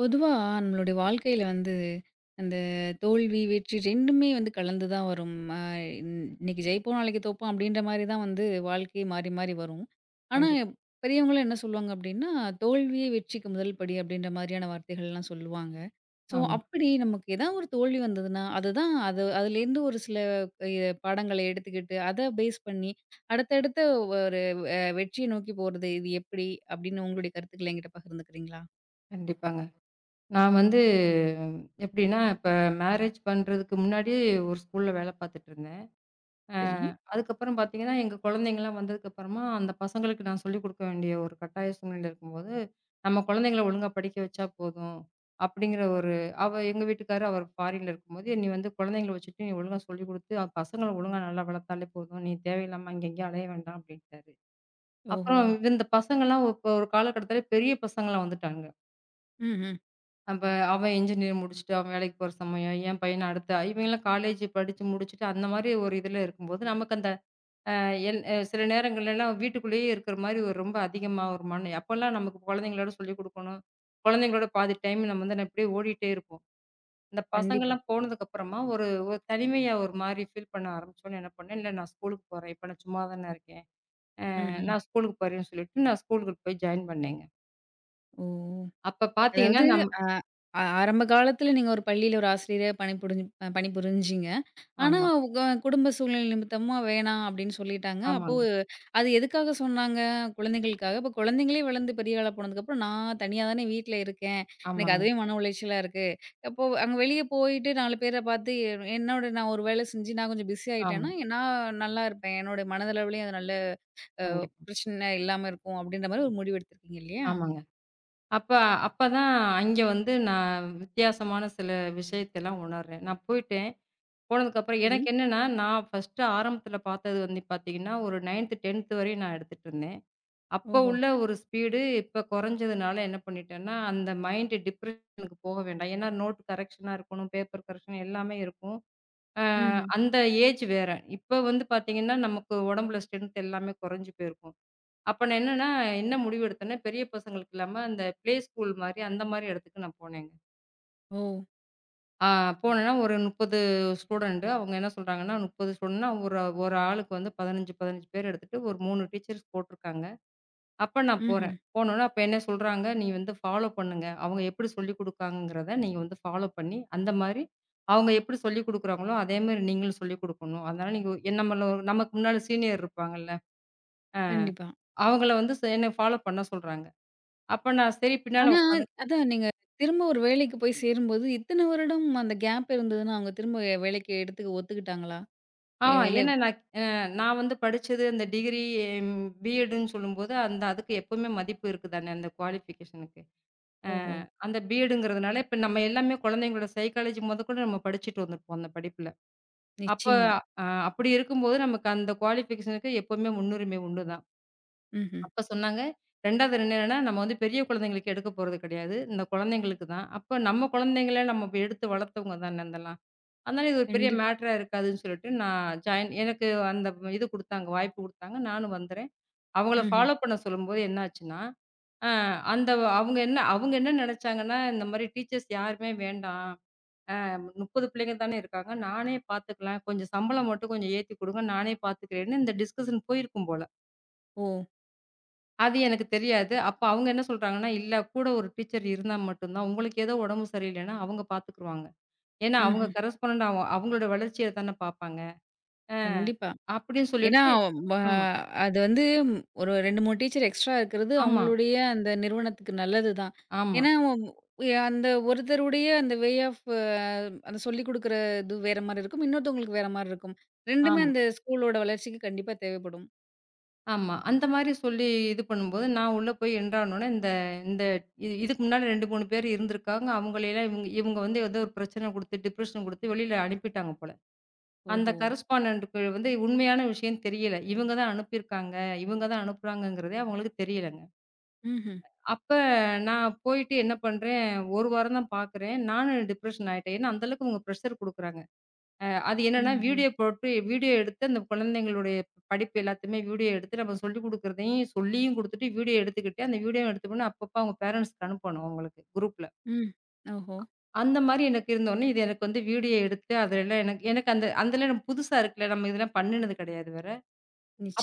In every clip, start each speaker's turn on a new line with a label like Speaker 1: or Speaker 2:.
Speaker 1: பொதுவா நம்மளுடைய வாழ்க்கையில வந்து அந்த தோல்வி, வெற்றி 2மே வந்து கலந்து தான் வரும். இன்னைக்கு ஜெயிப்போம், நாளைக்கு தோப்போம் அப்படின்ற மாரி தான் வந்து வாழ்க்கை மாறி, மாறி வரும். ஆனா,
Speaker 2: கண்டிப்பா.
Speaker 1: பெரியவங்கலாம் என்ன சொல்லுவாங்க அப்படின்னா, "தோல்வியே வெற்றிக்கு முதல் படி" அப்படின்ற மாதிரியான வார்த்தைகள்லாம் சொல்லுவாங்க. ஸோ,
Speaker 2: ஆமா.
Speaker 1: அப்படி நமக்கு ஏதாவது ஒரு தோல்வி வந்ததுன்னா, அதுதான் அதுலேருந்து ஒரு சில பாடங்களை எடுத்துக்கிட்டு, அத பேஸ் பண்ணி அடுத்தடுத்த ஒரு வெற்றியை நோக்கி போறது, இது எப்படி அப்படின்னு உங்களுடைய கருத்துக்கள என்கிட்ட பகிர்ந்துக்கிறீங்களா?
Speaker 2: கண்டிப்பாங்க. நான் வந்து எப்டின்னா, இப்ப மேரேஜ் பண்றதுக்கு முன்னாடி ஒரு ஸ்கூல்ல வேல பார்த்துட்டுருந்தேன். அ
Speaker 1: சரி.
Speaker 2: அதுக்கப்புறம் பார்த்தீங்கன்னா, எங்க குழந்தைங்கலாம் வந்ததுக்கப்புறமா, அந்த பசங்களுக்கு நான் சொல்லிக் குடுக்க வேண்டிய ஒரு கட்டாய சூழ்நிலை இருக்கும்போது, நம்ம குழந்தைங்கள ஒழுங்கா படிக்க வச்சா போதும். அப்டிங்கிற ஒரு அவ எங்க வீட்டுக்காரு அவர் ஃபாரின்ல இருக்கும்போது, "நீ வந்து குழந்தைங்கள வச்சுட்டு நீ ஒழுங்கா சொல்லிக் குடுத்து, பசங்கள ஒழுங்கா நல்லா வளர்த்தாலே போதும். நீ தேவையில்லாம அங்க இங்கேயும் அலைய வேண்டாம்" அப்டின்ட்டாரு.
Speaker 1: ஓஹோ!
Speaker 2: அப்புறம் இந்த பசங்கலாம் இப்ப ஒரு காலகட்டத்தில பெரிய பசங்களா வந்துட்டாங்க.
Speaker 1: ம்ஹ்ம்.
Speaker 2: அப்ப அவன் இன்ஜினியர் முடிச்சுட்டு அவன் வேலைக்கு போற சமயம், என் பையன் அடுத்து இவங்கலாம் காலேஜ் படிச்சு முடிச்சுட்டு அந்த மாரி ஒரு இதுல இருக்கும்போது, நமக்கு அந்த அ எல் அ சில நேரங்கள்லலாம் வீட்டுக்குள்ளேயே இருக்கிற மாரி ஒரு ரொம்ப அதிகமா ஒரு மன அப்போலாம் நமக்கு குழந்தைங்களோட சொல்லிக் குடுக்கணும். குழந்தைங்களோட பாதி டைம் நம்ம வந்து நான் இப்படியே ஓடிட்டே இருப்போம். இந்த
Speaker 1: கண்டிப்பா.
Speaker 2: பசங்கள்லாம் போனதுக்கு அப்புறமா ஒரு ஒரு தனிமையா ஒரு மாரி ஃபீல் பண்ண ஆரம்பிச்சோனே என்ன பண்ணேன், இல்ல நான் ஸ்கூலுக்கு போறேன். இப்ப நான் சும்மா தானே இருக்கேன்.
Speaker 1: ம்ஹ்ம்.
Speaker 2: நான் ஸ்கூலுக்கு போறேன்னு சொல்லிட்டு நான் ஸ்கூலுக்கு போய் ஜாயின் பண்ணேங்க.
Speaker 1: ஓ!
Speaker 2: அப்ப பார்த்தீங்கன்னா
Speaker 1: அதாவது அ அ ஆரம்ப காலத்துல நீங்க ஒரு பள்ளியில ஒரு ஆசிரியரா பணிபுரிஞ்சீங்க. ஆனா
Speaker 2: ஆமா,
Speaker 1: உங்க குடும்ப சூழ்நிலை நிமித்தமா வேணாம் அப்படின்னு சொல்லிட்டாங்க. அப்போ
Speaker 2: ஆமாங்க,
Speaker 1: அது எதுக்காக சொன்னாங்க? குழந்தைகளுக்காக. அப்போ குழந்தைங்களே வளர்ந்து பெரிய ஆளா போனதுக்கப்புறம், "நான் தனியா தானே வீட்ல இருக்கேன். எனக்கு
Speaker 2: ஆமாங்க,
Speaker 1: அதுவே மன உளைச்சலா இருக்கு. அப்போ அங்க வெளிய போயிட்டு 4 பேர பார்த்து என்னோட நான் ஒரு வேலை செஞ்சு நான் கொஞ்சம் பிஸி
Speaker 2: ஆமா.
Speaker 1: ஆயிட்டேன்னா, நான் நல்லா இருப்பேன். என்னோட மனதளவுலயும் அது நல்ல
Speaker 2: கண்டிப்பா.
Speaker 1: பிரச்சனை இல்லாம இருக்கும்." அப்படின்ற மாரி ஒரு முடிவு எடுத்திருக்கீங்க இல்லையா?
Speaker 2: ஆமாங்க. அப்ப அப்பதான் அங்க வந்து நான் வித்தியாசமான சில விஷயத்தலாம் உணர்றேன். நான் போயிட்டேன். போனதுக்கப்புறம்
Speaker 1: சரி.
Speaker 2: எனக்கு என்னன்னா, நான் ஃபர்ஸ்ட்டு ஆரம்பத்தில பார்த்தது வந்து பார்த்தீங்கன்னா, ஒரு 9த், 10த் வரையும் நான் எடுத்துட்டுருந்தேன். அப்ப
Speaker 1: ஓஹோ!
Speaker 2: உள்ள ஒரு ஸ்பீடு இப்ப குறைஞ்சதுனால என்ன பண்ணிட்டேன்னா, அந்த மைண்ட் டிப்ரஷனுக்கு போக வேண்டாம். ஏன்னா நோட் கரெக்ஷனா இருக்கணும், பேப்பர் கரெக்ஷன் எல்லாமே இருக்கும். அ
Speaker 1: ம்ஹ்ம்.
Speaker 2: அந்த ஏஜ் வேற. இப்ப வந்து பார்த்தீங்கன்னா, நமக்கு உடம்புல ஸ்ட்ரென்த் எல்லாமே குறைஞ்சு போயிருக்கும். அப்ப நான் என்னன்னா, என்ன முடிவு எடுத்தேன்னா, பெரிய பசங்களுக்கு இல்லாம அந்த பிளே ஸ்கூல் மாரி, அந்த மாரி இடத்துக்கு நான் போனேங்க.
Speaker 1: ஓ!
Speaker 2: ஆ போனேன்னா ஒரு 30 ஸ்டூடண்ட். அவங்க என்ன சொல்றாங்கன்னா, 30 ஸ்டூடண்ட்னா ஒரு ஒரு ஆளுக்கு வந்து 15, 15 பேர் எடுத்துட்டு ஒரு 3 டீச்சர்ஸ் போட்டிருக்காங்க. அப்ப நான்
Speaker 1: ம்ஹ்ம்.
Speaker 2: போறேன். போனோனே அப்ப என்ன சொல்றாங்க, "நீ வந்து ஃபாலோ பண்ணுங்க. அவங்க எப்படி சொல்லிக் குடுக்காங்கங்கிறத நீங்க வந்து ஃபாலோ பண்ணி, அந்த மாரி அவங்க எப்படி சொல்லிக் குடுக்குறாங்களோ, அதே மாரி நீங்களும் சொல்லிக் குடுக்கணும். அதனால நீங்க என் நம்மள நமக்கு முன்னால சீனியர் இருப்பாங்கல்ல,
Speaker 1: கண்டிப்பா.
Speaker 2: அவங்கள வந்து ச என்ன ஃபாலோ பண்ண சொல்றாங்க." அப்ப நான் சரி பின்னால
Speaker 1: ஆனா,
Speaker 2: உட்காந்து
Speaker 1: அதான் நீங்க திரும்ப ஒரு வேலைக்கு போய் சேரும்போது, இத்தன வருடம் அந்த கேப் இருந்ததுன்னா, அவங்க திரும்ப வேலைக்கு எடுத்துக்க ஒத்துக்கிட்டாங்களா?
Speaker 2: ஆ
Speaker 1: இல்ல.
Speaker 2: ஏன்னா நான் நான் வந்து படிச்சது அந்த டிகிரி பிஎட்ன்னு சொல்லும்போது, அந்த அதுக்கு எப்பவுமே மதிப்பு இருக்கு தானே, அந்த குவாலிஃபிகேஷனுக்கு. அ
Speaker 1: ஓஹோ!
Speaker 2: அந்த பிஎட்ங்கிறதுனால இப்ப நம்ம எல்லாமே குழந்தைங்களோட சைக்காலஜி மொதற்கொண்டு நம்ம படிச்சுட்டு வந்துருப்போம் அந்த படிப்புல. அப்ப
Speaker 1: நிச்சயமா.
Speaker 2: அப்படி இருக்கும்போது நமக்கு அந்த குவாலிஃபிகேஷனுக்கு எப்பவுமே முன்னுரிமை உண்டு தான்.
Speaker 1: ம்ஹ்ம்.
Speaker 2: அப்ப சொன்னாங்க 2வது என்னன்னா, நம்ம வந்து பெரிய குழந்தைங்களுக்கு எடுக்கப் போறது கிடையாது. இந்த குழந்தைங்களுக்கு தான். அப்ப நம்ம குழந்தைங்கள நம்ம இப்ப எடுத்து வளர்த்தவங்க தானே இதெல்லாம். அதனால இது ஒரு பெரிய
Speaker 1: கண்டிப்பா.
Speaker 2: மேட்டரா இருக்காதுன்னு சொல்லிட்டு நான் ஜாயின் எனக்கு அந்த இது குடுத்தாங்க, வாய்ப்பு குடுத்தாங்க. நானும் வந்துறேன். அவங்கள
Speaker 1: ம்ஹ்ம்.
Speaker 2: ஃபாலோ பண்ண சொல்லும்போது என்ன ஆச்சுன்னா, அ அந்த அவங்க என்ன நெனச்சாங்கன்னா, இந்த மாரி டீச்சர்ஸ் யாருமே வேண்டாம். 30 பிள்ளைங்க தானே இருக்காங்க. நானே பாத்துக்கலாம். கொஞ்சம் சம்பளம் மட்டும் கொஞ்சம் ஏத்தி குடுங்க. நானே பாத்துக்கிறேன்னு இந்த டிஸ்கஷன் போயிருக்கும் போல.
Speaker 1: ஓ!
Speaker 2: அது எனக்கு தெரியாது. அப்ப அவங்க என்ன சொல்றாங்கன்னா, இல்ல கூட ஒரு டீச்சர் இருந்தா மட்டும் தான். உங்களுக்கு ஏதோ உடம்பு சரியில்லைன்னா அவங்க பாத்துக்குருவாங்க. ஏன்னா அவங்க
Speaker 1: ம்ஹ்ம்.
Speaker 2: கரஸ்பாண்டன்ட் அவங்களோட வளர்ச்சிய தானே பாப்பாங்க. ஆ.
Speaker 1: கண்டிப்பா.
Speaker 2: அப்படின்னு
Speaker 1: ஏன்னா,
Speaker 2: சொல்லிட்டு
Speaker 1: வ
Speaker 2: ஆமா,
Speaker 1: அது வந்து ஒரு 2, 3 டீச்சர் எக்ஸ்ட்ரா இருக்கிறது
Speaker 2: ஆமா,
Speaker 1: அவங்களுடைய அந்த நிறுவனத்துக்கு நல்லது தான்.
Speaker 2: ஆமா,
Speaker 1: ஏன்னா, அந்த ஒருத்தருடைய அந்த வே ஆஃப் அந்த சொல்லிக் குடுக்குற இது வேற மாரி இருக்கும். இன்னொருத்தவங்களுக்கு வேற மாரி இருக்கும். 2மே
Speaker 2: ஆமா,
Speaker 1: அந்த ஸ்கூலோட வளர்ச்சிக்கு கண்டிப்பா தேவைப்படும்.
Speaker 2: ஆமா. அந்த மாரி சொல்லி இது பண்ணும்போது, நான் உள்ள போய் என்ட்ரானோனே, இந்த இந்த இ இதுக்கு முன்னாடி 2, 3 பேர் இருந்திருக்காங்க. அவங்களையெல்லாம் இவங்க இவங்க வந்து ஏதோ ஒரு பிரச்சனை குடுத்து, டிப்ரஷன் குடுத்து வெளியில அனுப்பிட்டாங்க போல. அந்த
Speaker 1: ஓஹோ!
Speaker 2: கரஸ்பாண்டன்ட்க்கு வந்து உண்மையான விஷயம் தெரியல. இவங்க தான் அனுப்பியிருக்காங்க. இவங்க தான் அனுப்புறாங்கங்கிறதே அவங்களுக்கு தெரியலங்க.
Speaker 1: ம்ஹ்ம்.
Speaker 2: அப்ப நான் போயிட்டு என்ன பண்றேன், ஒரு வாரம் தான் பார்க்குறேன். நானும் டிப்ரஷன் ஆயிட்டேன். ஏன்னா அந்த அளவுக்கு அவங்க பிரஷர் குடுக்குறாங்க. அது என்னன்னா,
Speaker 1: ம்ஹ்ம்.
Speaker 2: வீடியோ போட்டு வீடியோ எடுத்து அந்த குழந்தைங்களுடைய படிப்பு எல்லாத்தையுமே வீடியோ எடுத்து நம்ம சொல்லிக் குடுக்குறதையும் சொல்லியும் குடுத்துட்டு, வீடியோ எடுத்துக்கிட்டு, அந்த வீடியோ எடுத்துக்கணும் அப்பப்போ அவங்க பேரன்ட்ஸ்க்கு அனுப்பணும் அவங்களுக்கு குரூப்ல.
Speaker 1: ம். ஓஹோ!
Speaker 2: அந்த மாரி எனக்கு இருந்தோனே, இது எனக்கு வந்து வீடியோ எடுத்து அதெல்லாம் எனக்கு எனக்கு அந்த அதெல்லாம் எனக்கு புதுசா இருக்குல்ல. நம்ம இதெல்லாம் பண்ணுனது கிடையாது வேற.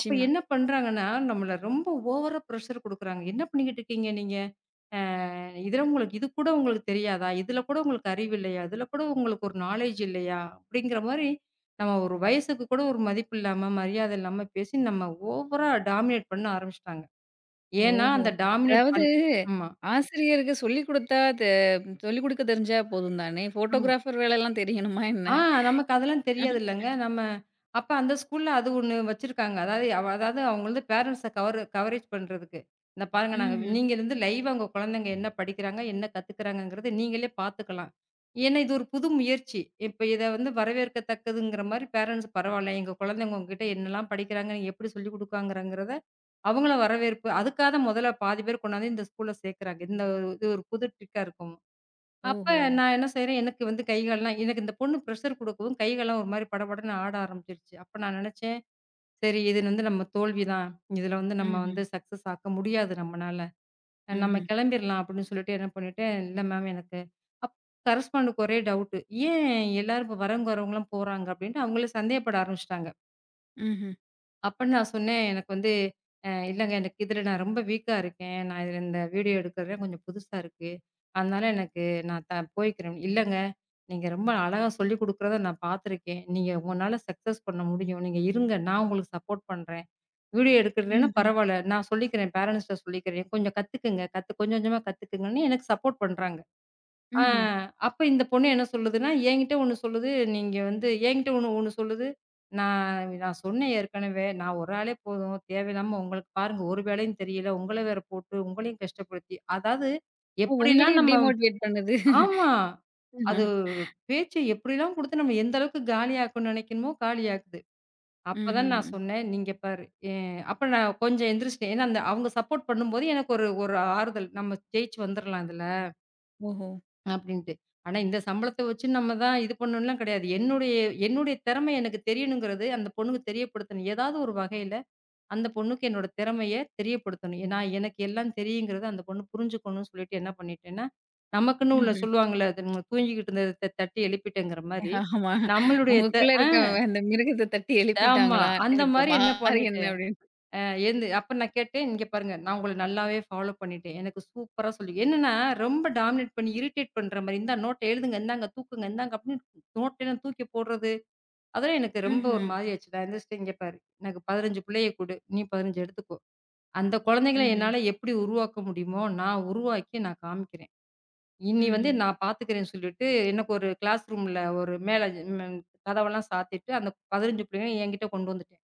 Speaker 2: அப்ப என்ன பண்றாங்கன்னா, நம்மள ரொம்ப ஓவரா பிரஷர் குடுக்குறாங்க. என்ன பண்ணிக்கிட்டு இருக்கீங்க நீங்க? இதுல உங்களுக்கு இது கூட உங்களுக்கு தெரியாதா? இதுல கூட உங்களுக்கு அறிவு இல்லையா? இதுல கூட உங்களுக்கு ஒரு நாலேட்ஜ் இல்லையா? அப்படிங்கிற மாரி நம்ம ஒரு வயசுக்கு கூட ஒரு மதிப்பு இல்லாம, மரியாதை இல்லாம பேசி நம்ம ஓவரா டாமினேட் பண்ண ஆரம்பிச்சுட்டாங்க. ஏன்னா
Speaker 1: ஓஹோ!
Speaker 2: அந்த டாமினேட்
Speaker 1: அதாவது
Speaker 2: பண் ஆமா.
Speaker 1: ஆசிரியருக்கு சொல்லிக் குடுத்தா தெ சொல்லிக் குடுக்க தெரிஞ்சா போதும் தானே!
Speaker 2: ஆமா.
Speaker 1: ஃபோட்டோகிராஃபர் வேலைலாம் தெரியணுமா என்ன?
Speaker 2: ஆ நமக்கு அதெல்லாம் தெரியாது இல்லங்க. நம்ம அப்ப அந்த ஸ்கூல்ல அது ஒண்ணு வச்சிருக்காங்க. அதாவது அவ அதாவது அவங்களது பேரண்ட்ஸ கவர் கவரேஜ் பண்றதுக்கு. இந்த பாருங்க நாங்க
Speaker 1: ம்ஹ்ம்.
Speaker 2: நீங்க இருந்து லைவா உங்க குழந்தைங்க என்ன படிக்கிறாங்க, என்ன கத்துக்கிறாங்கங்கிறத நீங்களே பார்த்துக்கலாம். ஏன்னா இது ஒரு புது முயற்சி. இப்ப இத வந்து வரவேற்கத்தக்கதுங்கிற மாரி பேரண்ட்ஸ் பரவால்ல. எங்க குழந்தைங்க உங்ககிட்ட என்னலாம் படிக்கிறாங்க, நீங்க எப்படி சொல்லிக் குடுக்காங்கங்கிறத அவங்கள வரவேற்பு அதுக்காக முதல்ல பாதி பேர் கொண்டாந்து இந்த ஸ்கூல்ல சேர்க்கறாங்க. இது ஒரு புது ட்ரிக்கா இருக்கும். அப்ப
Speaker 1: ஓஹோ!
Speaker 2: நான் என்ன செய்றேன், எனக்கு வந்து கை கால்லாம் எனக்கு இந்த பொண்ணு ப்ரெஷர் குடுக்கவும் கை கால்லாம் ஒரு மாரி படபடன்னு ஆட ஆரம்பிச்சுருச்சு. அப்ப நான் நெனச்சேன், சரி இது வந்து நம்ம தோல்வி தான். இதுல வந்து நம்ம
Speaker 1: ம்ஹ்ம்.
Speaker 2: வந்து சக்சஸ் ஆக்க முடியாது நம்மனால. நம்ம
Speaker 1: ம்ஹ்ம்.
Speaker 2: கெளம்பிர்லாம் அப்படின்னு சொல்லிட்டு என்ன பண்ணிட்டேன், இல்ல மேம் எனக்கு அப் கரஸ்பாண்டுக்கு ஒரே டவுட்டு. ஏன் எல்லாரும் இப்ப வரவங்கலாம் போறாங்க அப்படின்ட்டு அவங்களே சந்தேகப்பட ஆரம்பிச்சுட்டாங்க.
Speaker 1: ம்ஹ்ம்.
Speaker 2: அப்பன்னு நான் சொன்னேன். எனக்கு வந்து இல்லங்க எனக்கு இதில நான் ரொம்ப வீக்கா இருக்கேன். நான் இதில இந்த வீடியோ எடுக்கிறதே கொஞ்சம் புதுசா இருக்கு. அதனால எனக்கு நான் போய்க்கிறேன். இல்லங்க நீங்க ரொம்ப அழகா சொல்லிக் குடுக்கிறத நான் பார்த்துருக்கேன். நீங்க உங்கனால சக்சஸ் பண்ண முடியும். நீங்க இருங்க. நான் உங்களுக்கு சப்போர்ட் பண்றேன். வீடியோ எடுக்கலன்னா
Speaker 1: ம்ஹ்ம்.
Speaker 2: பரவால்ல. நான் சொல்லிக்கிறேன். பேரன்ட்ஸ்ட்ட சொல்லிக்கிறேன். கொஞ்சம் கத்துக்குங்க. கொஞ்சம் கொஞ்சமா கத்துக்குங்கன்னு எனக்கு சப்போர்ட் பண்றாங்க. ஆ
Speaker 1: ம்ஹ்ம்.
Speaker 2: அப்ப இந்த பொண்ணு என்ன சொல்லுதுன்னா, என்கிட்ட ஒண்ணு சொல்லுது, நீங்க வந்து என்கிட்ட ஒண்ணு ஒண்ணு சொல்லுது, நான் நான் சொன்னேன் ஏற்கனவே, நான் ஒரு ஆளே போதும், தேவையில்லாம உங்களுக்கு பாருங்க ஒரு வேலையும் தெரியல, உங்கள வேற போட்டு, உங்களையும் கஷ்டப்படுத்தி, அதாவது
Speaker 1: ஓ!
Speaker 2: எப்படிலாம்
Speaker 1: உங்களையே
Speaker 2: நம்ம
Speaker 1: டிமோட்டிவேட் பண்ணுது.
Speaker 2: ஆமா. அது
Speaker 1: ம்ஹ்ம்.
Speaker 2: பேச்ச எப்படிலாம் குடுத்து நம்ம எந்த அளவுக்கு காலியாக்கணும்னு நினைக்கணுமோ காலியாக்குது. அப்பதான் நான்
Speaker 1: ம்ஹ்ம்.
Speaker 2: சொன்னேன், "நீங்க பாரு". எ அப்ப நான் கொஞ்சம் எந்திரிச்சுட்டேன். ஏன்னா அந்த அவங்க சப்போர்ட் பண்ணும்போது எனக்கு ஒரு ஒரு ஆறுதல். நம்ம ஜெயிச்சு வந்துரலாம் இதுல.
Speaker 1: ஓஹோ!
Speaker 2: அப்படின்ட்டு. ஆனா, இந்த சம்பளத்த வச்சு நம்ம தான் இது பண்ணணும்லாம் கிடையாது. என்னுடைய என்னுடைய திறமை எனக்கு தெரியணுங்கிறது, அந்த பொண்ணுக்கு தெரியப்படுத்தணும். ஏதாவது ஒரு வகையில அந்த பொண்ணுக்கு என்னோட திறமைய தெரியப்படுத்தணும். நான் எனக்கு எல்லாம் தெரியுங்கிறத அந்த பொண்ணு புரிஞ்சுக்கணும்னு சொல்லிட்டு என்ன பண்ணிட்டேன்னா, நமக்குன்னு உள்ள
Speaker 1: ம்ஹ்ம்.
Speaker 2: சொல்லுவாங்கல்ல, அது நம்ம தூங்கிக்கிட்டு இருந்தத தட்டி எழுப்பிட்டேங்கிற மாரி,
Speaker 1: ஆமா.
Speaker 2: நம்மளுடைய த
Speaker 1: உங்களுக்குள்ள
Speaker 2: ஆ
Speaker 1: இருக்க அந்த மிருகத்த தட்டி
Speaker 2: ஆமா.
Speaker 1: எழுப்பிட்டாங்களா?
Speaker 2: அந்த
Speaker 1: இப்போ
Speaker 2: மாரி என்ன
Speaker 1: பாரு என்ன
Speaker 2: பண்ணிட்டேன்.
Speaker 1: அப்படின்னு.
Speaker 2: அ எழுந்து அப்ப நான் கேட்டேன், "இங்க பாருங்க, நான் உங்கள நல்லாவே ஃபாலோ பண்ணிட்டேன். எனக்கு சூப்பரா சொல்லி" என்னன்னா ரொம்ப டாமினேட் பண்ணி இரிட்டேட் பண்ற மாரி, "இந்தா நோட்ட எழுதுங்க, இந்தாங்க தூக்குங்க, இந்தாங்க" அப்படின்னு நோட்டெல்லாம் தூக்கி போடுறது, அதெல்லாம் எனக்கு ரொம்ப
Speaker 1: ம்ஹ்ம்.
Speaker 2: ஒரு மாரி ஆச்சு. நான் எந்திரிச்சுட்டு, "இங்க பாரு, எனக்கு 15 புள்ளைய குடு, நீ 15 எடுத்துக்கோ. அந்த குழந்தைங்கள
Speaker 1: ம்ஹ்ம்.
Speaker 2: என்னால எப்படி உருவாக்க முடியுமோ, நான் உருவாக்கி நான் காமிக்கிறேன். இனி வந்து
Speaker 1: ம்ஹ்ம்.
Speaker 2: நான் பார்த்துக்கிறேன்னு" சொல்லிட்டு, எனக்கு ஒரு கிளாஸ் ரூம்ல ஒரு மேல ம் கதவெல்லாம் சாத்திட்டு, அந்த 15 பிள்ளைங்களையும் என்கிட்ட கொண்டு வந்துட்டேன்.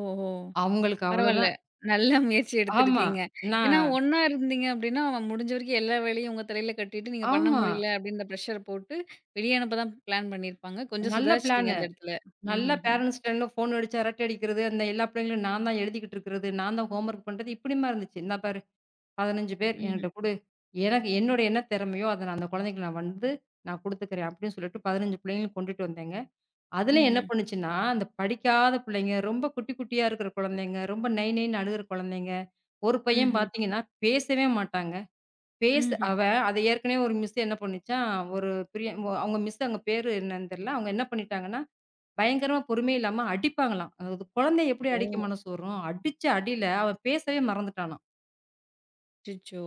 Speaker 1: ஓஹோ!
Speaker 2: அவங்களுக்கு
Speaker 1: பரவால்ல.
Speaker 2: அவ்வளோதான்.
Speaker 1: நல்ல முயற்சி
Speaker 2: ஆமா.
Speaker 1: எடுத்திருக்கீங்க.
Speaker 2: நான்.
Speaker 1: ஏன்னா ஒண்ணா இருந்தீங்க அப்படின்னா, அவன் முடிஞ்ச வரைக்கும் எல்லா வேலையும் உங்க தலையில கட்டிட்டு, நீங்க பண்ண
Speaker 2: ஆமா.
Speaker 1: முடியல அப்படின்ற பிரஷர் போட்டு வெளிய அனுப்ப தான் பிளான் பண்ணியிருப்பாங்க. கொஞ்சம்
Speaker 2: நல்ல
Speaker 1: சுதாரிச்சுட்டீங்க
Speaker 2: பிளானு.
Speaker 1: அந்த இடத்துல.
Speaker 2: நல்லா
Speaker 1: ம்ஹ்ஹ்ம்.
Speaker 2: பேரன்ட்ஸ்ட்டருந்து ஃபோன் அடிச்சு அரட்டை அடிக்கிறது, அந்த எல்லா பிள்ளைங்களும் நான் தான் எழுதிக்கிட்டு இருக்கிறது, நான் தான் ஹோம் ஒர்க் பண்றது, இப்படியுமா இருந்துச்சு. இந்தா பாரு 15 பேர்
Speaker 1: ம்ஹ்ம்.
Speaker 2: என்கிட்ட குடு. எனக்கு என்னோட என்ன திறமையோ அத நான் அந்த குழந்தைக்கு நான் வந்து நான் குடுத்துக்கிறேன் அப்படின்னு சொல்லிட்டு 15 பிள்ளைங்களும் கொண்டுட்டு வந்தேங்க. அதுல என்ன
Speaker 1: ம்ஹ்ம்.
Speaker 2: பண்ணுச்சுன்னா, அந்த படிக்காத பிள்ளைங்க, ரொம்ப குட்டி குட்டியா இருக்கிற குழந்தைங்க, ரொம்ப நைன்னு அழுகுற குழந்தைங்க, ஒரு பையன்
Speaker 1: ம்ஹ்ம்.
Speaker 2: பார்த்தீங்கன்னா பேசவே மாட்டாங்க.
Speaker 1: ம்ஹ்ம்.
Speaker 2: அவன் அது ஏற்கனவே ஒரு மிஸ் என்ன பண்ணுச்சான், ஒரு பிரிய அவங்க மிஸ் அவங்க பேரு என்னன்னு தெரியல. அவங்க என்ன பண்ணிட்டாங்கன்னா பயங்கரமா பொறுமையே இல்லாம அடிப்பாங்களாம். அதாவது குழந்தைய எப்படி அடிக்க
Speaker 1: ஓ!
Speaker 2: மனசு வரும்? அடிச்ச அடியில அவன் பேசவே மறந்துட்டானாம்.
Speaker 1: அச்சச்சோ!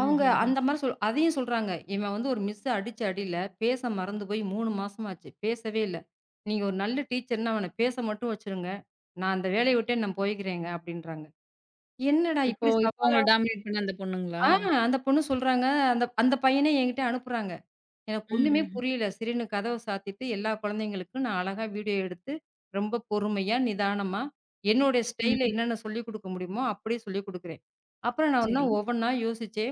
Speaker 2: அவங்க
Speaker 1: ம்ஹ்ஹ்ம்.
Speaker 2: அந்த மாரி அதையும் சொல்றாங்க. இவன் வந்து ஒரு மிஸ் அடிச்ச அடியில பேச மறந்து போய் 3 மாசமாச்சு. பேசவே இல்ல. நீங்க ஒரு நல்ல டீச்சர்ன்னா அவன பேச மட்டும் வச்சுருங்க. நான் அந்த வேலைய விட்டே நான் போய்க்கிறேங்க அப்டின்றாங்க. என்னடா
Speaker 1: இப்போ
Speaker 2: இப்படி
Speaker 1: இப்போ
Speaker 2: சவாலா
Speaker 1: உங்கள டாமினேட் பண்ண அந்த பொண்ணுங்களா?
Speaker 2: ஆ அந்த பொண்ணு சொல்றாங்க. அந்த அந்த பையன என்கிட்ட அனுப்புறாங்க. எனக்கு ஒண்ணுமே
Speaker 1: ம்ஹ்ஹ்ம்.
Speaker 2: புரியல. சரின்னு கதவ சாத்திட்டு, எல்லா குழந்தைங்களுக்கும் நான் அழகா வீடியோ எடுத்து, ரொம்ப பொறுமையா, நிதானமா, என்னுடைய ஸ்டைல்ல
Speaker 1: ம்ஹ்ம்.
Speaker 2: என்னென்ன சொல்லிக் குடுக்க முடியுமோ, அப்படியே சொல்லிக் குடுக்கிறேன். அப்புறம் நான் ஒண்ணா
Speaker 1: சரி.
Speaker 2: ஒவ்வொண்ணா யோசிச்சே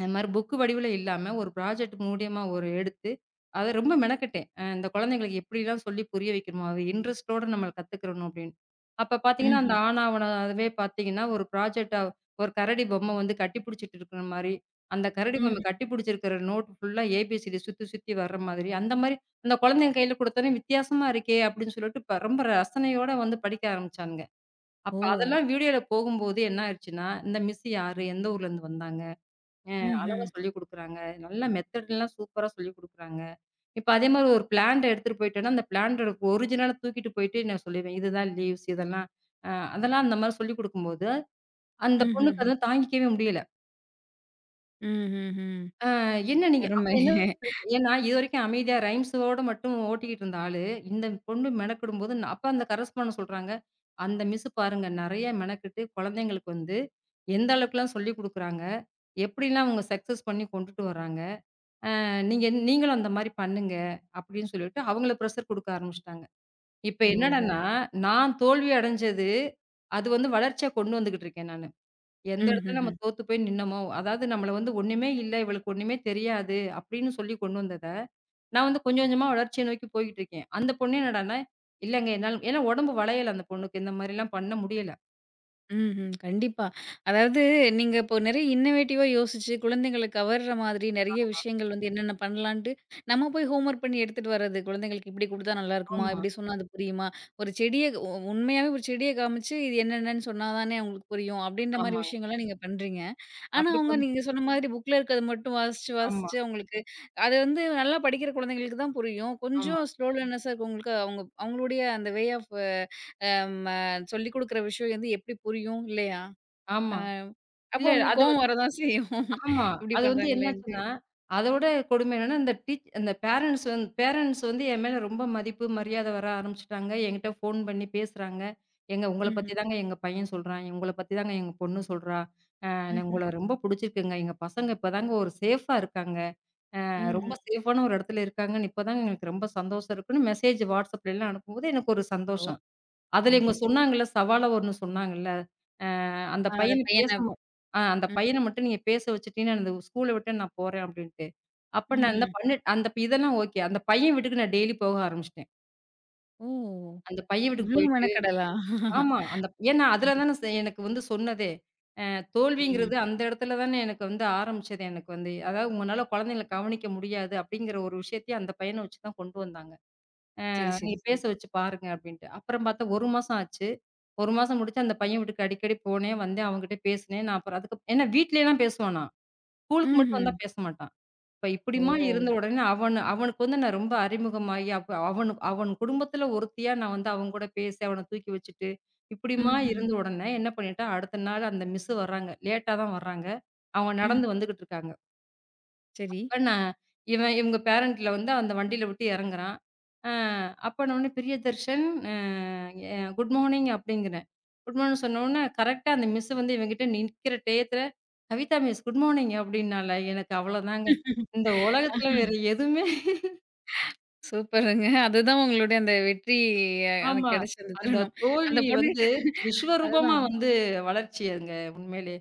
Speaker 2: அது மாரி புக் வடிவில இல்லாம, ஒரு ப்ராஜெக்ட் மூலியமா ஒரு எடுத்து, அத ரொம்ப மெனக்கெட்டேன். இந்த குழந்தைங்களுக்கு எப்படிலாம் சொல்லி புரிய வைக்கணுமோ, அது இன்ட்ரெஸ்ட்டோட நம்ம கத்துக்கிறணும் அப்படின்னு. அப்ப பார்த்தீங்கன்னா, அந்த
Speaker 1: ம்ஹ்ம்.
Speaker 2: ஆனாவனா அதுவே பார்த்தீங்கன்னா, ஒரு ப்ராஜெக்ட்டா ஒரு கரடி பொம்மை வந்து கட்டி பிடிச்சிட்டு இருக்கிற மாரி, அந்த கரடி பொம்மை
Speaker 1: ம்ஹ்ம்.
Speaker 2: கட்டி பிடிச்சிருக்கிற நோட் ஃபுல்லா ஏபிசிடி சுத்தி சுத்தி வர்ற மாதிரி, அந்த மாரி அந்த குழந்தைங்க கையில குடுத்தோனே வித்தியாசமா இருக்கே அப்படின்னு சொல்லிட்டு ரொம்ப ரசனையோட வந்து படிக்க ஆரம்பிச்சானுங்க.
Speaker 1: ஓ!
Speaker 2: அப்ப அதெல்லாம் வீடியோல போகும்போது என்ன ஆயிடுச்சுன்னா, இந்த மிஸ் யாரு? எந்த ஊர்லேருந்து வந்தாங்க? அ அழகா
Speaker 1: ம்ஹ்ம்.
Speaker 2: சொல்லிக் குடுக்குறாங்க. நல்லா மெத்தட்லாம் சூப்பரா சொல்லிக் குடுக்குறாங்க. இப்ப அதே மாரி ஒரு பிளான்ட் எடுத்துட்டு போயிட்டேன்னா, அந்த பிளான்ட்டோட ஒரிஜினல தூக்கிட்டு போயிட்டு நான் சொல்லிருவேன். இதுதான் லீவ்ஸ் இதெல்லாம். அ அதெல்லாம் அந்த மாரி சொல்லிக் குடுக்கும்போது, அந்த பொண்ணுக்கு
Speaker 1: ம்ஹ்ஹ்ம்.
Speaker 2: அதெல்லாம் தாங்கிக்கவே முடியல.
Speaker 1: ம்ஹ்ஹ்ம்.
Speaker 2: அ என்ன நீங்க அப்ப
Speaker 1: அருமை.
Speaker 2: என்ன ஏன்னா இதுவரைக்கும் அமைதியா ரைம்ஸோட மட்டும் ஓட்டிக்கிட்டு இருந்த ஆளு, இந்த பொண்ணு மெனக்கிடும்போது அப்ப அந்த கரஸ்பாண்டன்ட் சொல்றாங்க, "அந்த மிஸ் பாருங்க நெறைய மெனக்கிட்டு குழந்தைங்களுக்கு வந்து எந்த அளவுக்குலாம் சொல்லிக் குடுக்குறாங்க. எப்படிலாம் அவங்க சக்சஸ் பண்ணி கொண்டுட்டு வர்றாங்க." நீங்களும் அந்த மாரி பண்ணுங்க. அப்படின்னு சொல்லிட்டு அவங்கள ப்ரெஷர் குடுக்க ஆரம்பிச்சுட்டாங்க. இப்ப
Speaker 1: ஓஹோ!
Speaker 2: என்னடான்னா, நான் தோல்வி அடைஞ்சது, அது வந்து வளர்ச்சியா கொண்டு வந்துகிட்டு இருக்கேன் நானு. எந்த இடத்துல நம்ம
Speaker 1: ம்ஹ்ஹ்ம்.
Speaker 2: தோத்து போய் நின்னோமோ, அதாவது நம்மள வந்து ஒண்ணுமே இல்ல, இவளுக்கு ஒண்ணுமே தெரியாது அப்படின்னு சொல்லி கொண்டு வந்தத, நான் வந்து கொஞ்சம் கொஞ்சமா வளர்ச்சிய நோக்கி போய்கிட்டு இருக்கேன். அந்த பொண்ணு என்னடான்னா, இல்லங்க என்னால ஏன்னா உடம்பு வளையல அந்த பொண்ணுக்கு. இந்த மாரிலாம் பண்ண முடியல.
Speaker 1: ம்ஹ்ம். கண்டிப்பா. அதாவது நீங்க இப்போ நெறைய இன்னோவேட்டிவா யோசிச்சு, குழந்தைகள கவர்ற மாதிரி நெறைய விஷயங்கள் வந்து என்னென்ன பண்ணலான்ட்டு, நம்ம போய் ஹோம்வொர்க் பண்ணி எடுத்துட்டு வர்றது. குழந்தைங்களுக்கு இப்படி குடுத்தா நல்லாருக்குமா?
Speaker 2: ஆமா,
Speaker 1: இப்படி சொன்னா அது புரியுமா? ஒரு செடிய உ உண்மையாவே ஒரு செடிய காமிச்சு, இது என்னென்னன்னு சொன்னா தானே அவங்களுக்கு புரியும். அப்படின்ற மாரி
Speaker 2: ஆமாங்க.
Speaker 1: விஷயங்கள்லாம் நீங்க பண்றீங்க. ஆனா
Speaker 2: அப்படி
Speaker 1: அவங்க
Speaker 2: கொண்
Speaker 1: நீங்க சொன்ன மாதிரி புக்ல இருக்கத மட்டும் வாசிச்சு,
Speaker 2: ஆமா,
Speaker 1: வாசிச்சு அவங்களுக்கு அது வந்து நல்லா படிக்கிற குழந்தைங்களுக்கு தான் புரியும்.
Speaker 2: ஆமா,
Speaker 1: கொஞ்சம் ஸ்லோ லேர்னர்ஸா இருக்கவங்களுக்கு அவங்க அவங்களுடைய அந்த வே ஆஃப் நம்ம சொல்லிக் குடுக்குற விஷயம் வந்து எப்படி புரியும்? இல்லையா?
Speaker 2: ஆமா.
Speaker 1: அப்போ
Speaker 2: இல்ல
Speaker 1: உங்களுக்கு
Speaker 2: அது.
Speaker 1: கோவம் வரதான் செய்யும்.
Speaker 2: ஆமா.
Speaker 1: இப்படி
Speaker 2: அது வந்து
Speaker 1: பண்றாங்களேன்ட்டு.
Speaker 2: என்னாச்சுன்னா, அதோட கொடுமை என்னன்னா, இந்த டீச் அந்த பேரண்ட்ஸ் வந்து என் மேல ரொம்ப மதிப்பு, மரியாதை வர ஆரம்பிச்சுட்டாங்க. என்கிட்ட ஃபோன் பண்ணி பேசுறாங்க. "ஏங்க உங்கள
Speaker 1: ம்ஹ்ம்.
Speaker 2: பத்தி தாங்க எங்க பையன் சொல்றான். உங்கள பத்தி தாங்க எங்க பொண்ணு சொல்றா. அ
Speaker 1: ம்ஹ்ம்.
Speaker 2: உங்கள ரொம்ப புடிச்சிருக்குங்க. எங்க பசங்க இப்பதாங்க ஒரு சேஃபா இருக்காங்க. ரொம்ப
Speaker 1: ம்ஹ்ம்.
Speaker 2: சேஃபான ஒரு இடத்துல இருக்காங்கன்னு இப்பதாங்க எங்களுக்கு ரொம்ப சந்தோஷம் இருக்குன்னு" மெசேஜ் WhatsAppலலாம் அனுப்பும்போது எனக்கு ஒரு
Speaker 1: ஓ!
Speaker 2: சந்தோஷம். அதுல இவங்க
Speaker 1: ம்ஹ்ம்.
Speaker 2: சொன்னாங்கல்ல, சவாலா ஒண்ணு சொன்னாங்கல்ல. அந்த
Speaker 1: அந்த
Speaker 2: பையன
Speaker 1: பையன
Speaker 2: பேசணும். அந்த
Speaker 1: ம்.
Speaker 2: பையன மட்டும் நீங்க பேச வச்சுட்டீங்கன்னா, அந்த ஸ்கூல விட்டு நான் போறேன் அப்டின்ட்டு. அப்ப நான்
Speaker 1: ம்ஹ்ம்.
Speaker 2: என்ன பண்ணு இதெல்லாம் ஓகே. அந்த பையன் வீட்டுக்கு நான் டெய்லி போக ஆரம்பிச்சுட்டேன்.
Speaker 1: ஓ!
Speaker 2: அந்த பையன் வீட்டுக்கு
Speaker 1: இவ்ளோ
Speaker 2: போயிட்டு
Speaker 1: மெனக்கெடலா?
Speaker 2: ஆமா. அந்த ஏன்னா அதுல
Speaker 1: ஆஹா.
Speaker 2: தானே எனக்கு வந்து சொன்னதே.
Speaker 1: ம்.
Speaker 2: தோல்விங்கிறது அந்த இடத்துல தானே எனக்கு வந்து ஆரம்பிச்சது எனக்கு வந்து. அதாவது உங்கனால குழந்தைங்கள கவனிக்க முடியாது அப்படிங்கிற ஒரு விஷயத்தையும் அந்த பையன வச்சு தான் கொண்டு வந்தாங்க.
Speaker 1: சரி, சரி,
Speaker 2: நீங்க
Speaker 1: சரி.
Speaker 2: பேச வச்சு பாருங்க அப்படின்ட்டு. அப்புறம் பார்த்தா 1 மாசம் ஆச்சு. 1 மாசம் முடிச்சு அந்த பையன் வீட்டுக்கு அடிக்கடி போனேன், வந்தேன் அவன்கிட்ட பேசினேன். நான் அப்புறம் அதுக்கு ஏன்னா வீட்லலாம் பேசுவானா? ஸ்கூலுக்கு மட்டும் வந்தா
Speaker 1: ம்ஹ்ம்.
Speaker 2: பேச மாட்டான். இப்ப இப்படிம்மா
Speaker 1: ஓ!
Speaker 2: இருந்த உடனே அவன் அவனுக்கு வந்து நான் ரொம்ப அறிமுகமாகி, அப்ப அவன் குடும்பத்துல ஒருத்தியா நான் வந்து அவங்க கூட பேசி, அவன தூக்கி வச்சுட்டு, இப்படிம்மா
Speaker 1: ம்ஹ்ம்.
Speaker 2: இருந்த உடனே என்ன பண்ணிட்டேன், அடுத்த நாள் அந்த மிஸ் வர்றாங்க. லேட்டா தான் வர்றாங்க. அவங்க
Speaker 1: ம்.
Speaker 2: நடந்து வந்துகிட்டு இருக்காங்க.
Speaker 1: சரி.
Speaker 2: அப்ப நான் இவன் இவங்க பேரன்ட்ல வந்து அந்த வண்டியில விட்டு இறங்குறான். அ அப்பன்னோனே "பிரியதர்ஷன் அ எ குட் மார்னிங்" அப்படிங்கிறேன். குட் மார்னிங் சொன்னோனே, கரெக்ட்டா அந்த மிஸ் வந்து இவன்கிட்ட நிக்கிற டயத்துல, "கவிதா மிஸ் குட் மார்னிங்" அப்படின்னால. எனக்கு அவ்வளோதாங்க. இந்த உலகத்துல வேற எதுவுமே.
Speaker 1: சூப்பருங்க. அதுதான் உங்களுடைய அந்த வெற்றி, எனக்கு
Speaker 2: ஆமா.
Speaker 1: கிடைச்ச அந்த
Speaker 2: அந்த
Speaker 1: தருணம். அந்த
Speaker 2: தோல்வி
Speaker 1: பொண்ணுகிட்ட
Speaker 2: வந்து விஸ்வரூபமா
Speaker 1: அதுதான்.
Speaker 2: வந்து வளர்ச்சி அங்க உண்மையிலே.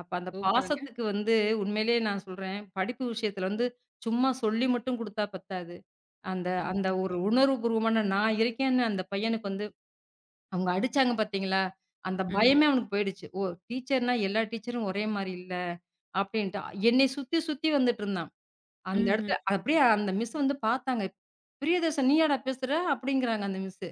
Speaker 2: அப்ப அந்த
Speaker 1: சூப்பருங்க.
Speaker 2: பாசத்துக்கு வந்து உண்மையிலேயே நான் சொல்றேன், படிப்பு விஷயத்துல வந்து சும்மா சொல்லி மட்டும் குடுத்தா பத்தாது. அந்த அந்த
Speaker 1: கண்டிப்பா.
Speaker 2: ஒரு உணர்வுபூர்வமான நான் இருக்கேன்னு அந்த பையனுக்கு வந்து அவங்க அடிச்சாங்க பார்த்தீங்களா? அந்த
Speaker 1: ம்ஹ்ம்.
Speaker 2: பயமே அவனுக்கு போயிடுச்சு. ஓ! டீச்சர்னா எல்லா டீச்சரும் ஒரே மாரி இல்ல அப்படின்ட்டு. என்னை சுத்தி சுத்தி வந்துட்டுருந்தான். அந்த
Speaker 1: ம்ஹ்ம்.
Speaker 2: இடத்துல அப்படியே அந்த மிஸ் வந்து பார்த்தாங்க. "பிரியதர்ஷன் நீயாடா பேசுற?" அப்படிங்கிறாங்க அந்த மிஸ்.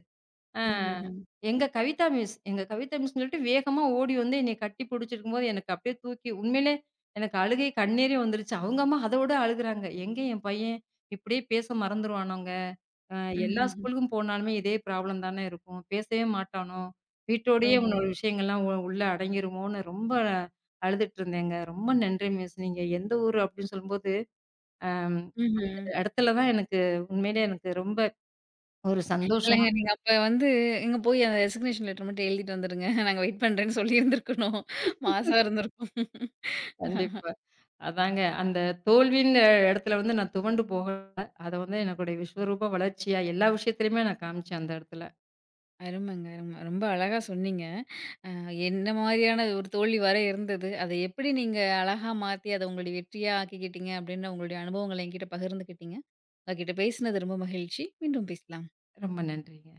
Speaker 2: ஆ
Speaker 1: ம்ஹ்ஹ்ம்.
Speaker 2: எங்க கவிதா மிஸ் எங்க கவிதா மிஸ்ன்னு சொல்லிட்டு வேகமா ஓடி வந்து என்னைய கட்டி பிடிச்சிருக்கும்போது, எனக்கு அப்படியே தூக்கி உண்மையிலே எனக்கு அழுகை கண்ணீரே வந்துருச்சு. அவங்க அம்மா அத விட அழுகுறாங்க. "எங்க என் பையன் இப்படியே பேச மறந்துருவானோங்க. அ எல்லா
Speaker 1: ம்ஹ்ஹ்ம்.
Speaker 2: ஸ்கூலுக்கும் போனாலுமே இதே ப்ராப்ளம் தானே இருக்கும். பேசவே மாட்டானோ? வீட்டோடயே
Speaker 1: ஓஹோ!
Speaker 2: உன்னோட விஷயங்கள்லாம் உள்ள அடங்கிருமோன்னு" ரொம்ப அழுதுட்டு இருந்தேங்க. "ரொம்ப நன்றி மிஸ். நீங்க எந்த ஊரு?" அப்படின்னு சொல்லும்போது, அம் அந்த
Speaker 1: ம்ஹ்ம்.
Speaker 2: இடத்துல தான் எனக்கு உண்மையிலே எனக்கு ரொம்ப ஒரு
Speaker 1: இல்லங்க
Speaker 2: சந்தோஷம்.
Speaker 1: நீங்க அப்ப வந்து இங்க போய் அந்த ரெசிக்னேஷன் லெட்டர் மட்டும் எழுதிட்டு வந்துருங்க. நாங்க வெயிட் பண்றேன்னு சொல்லியிருந்திருக்கணும். மாசா இருந்திருக்கும்.
Speaker 2: கண்டிப்பா. அதாங்க. அந்த தோல்வின்ற இடத்துல வந்து நான் துவண்டு போகல. அத வந்து என்னுடைய விஸ்வரூப வளர்ச்சியா எல்லா விஷயத்திலயுமே நான் காமிச்சேன் அந்த இடத்துல.
Speaker 1: அருமங்க, அரும. ரொம்ப அழகா சொன்னீங்க. அ என்ன மாரியான ஒரு தோல்வி வர இருந்தது. அதை எப்படி நீங்க அழகா மாத்தி அத உங்களுடைய வெற்றியா ஆக்கிக்கிட்டீங்க அப்படின்ற உங்களுடைய அனுபவங்கள என்கிட்ட பகிர்ந்துக்கிட்டீங்க. உங்ககிட்ட பேசினது ரொம்ப மகிழ்ச்சி. மீண்டும் பேசலாம்.
Speaker 2: ரொம்ப நன்றிங்க.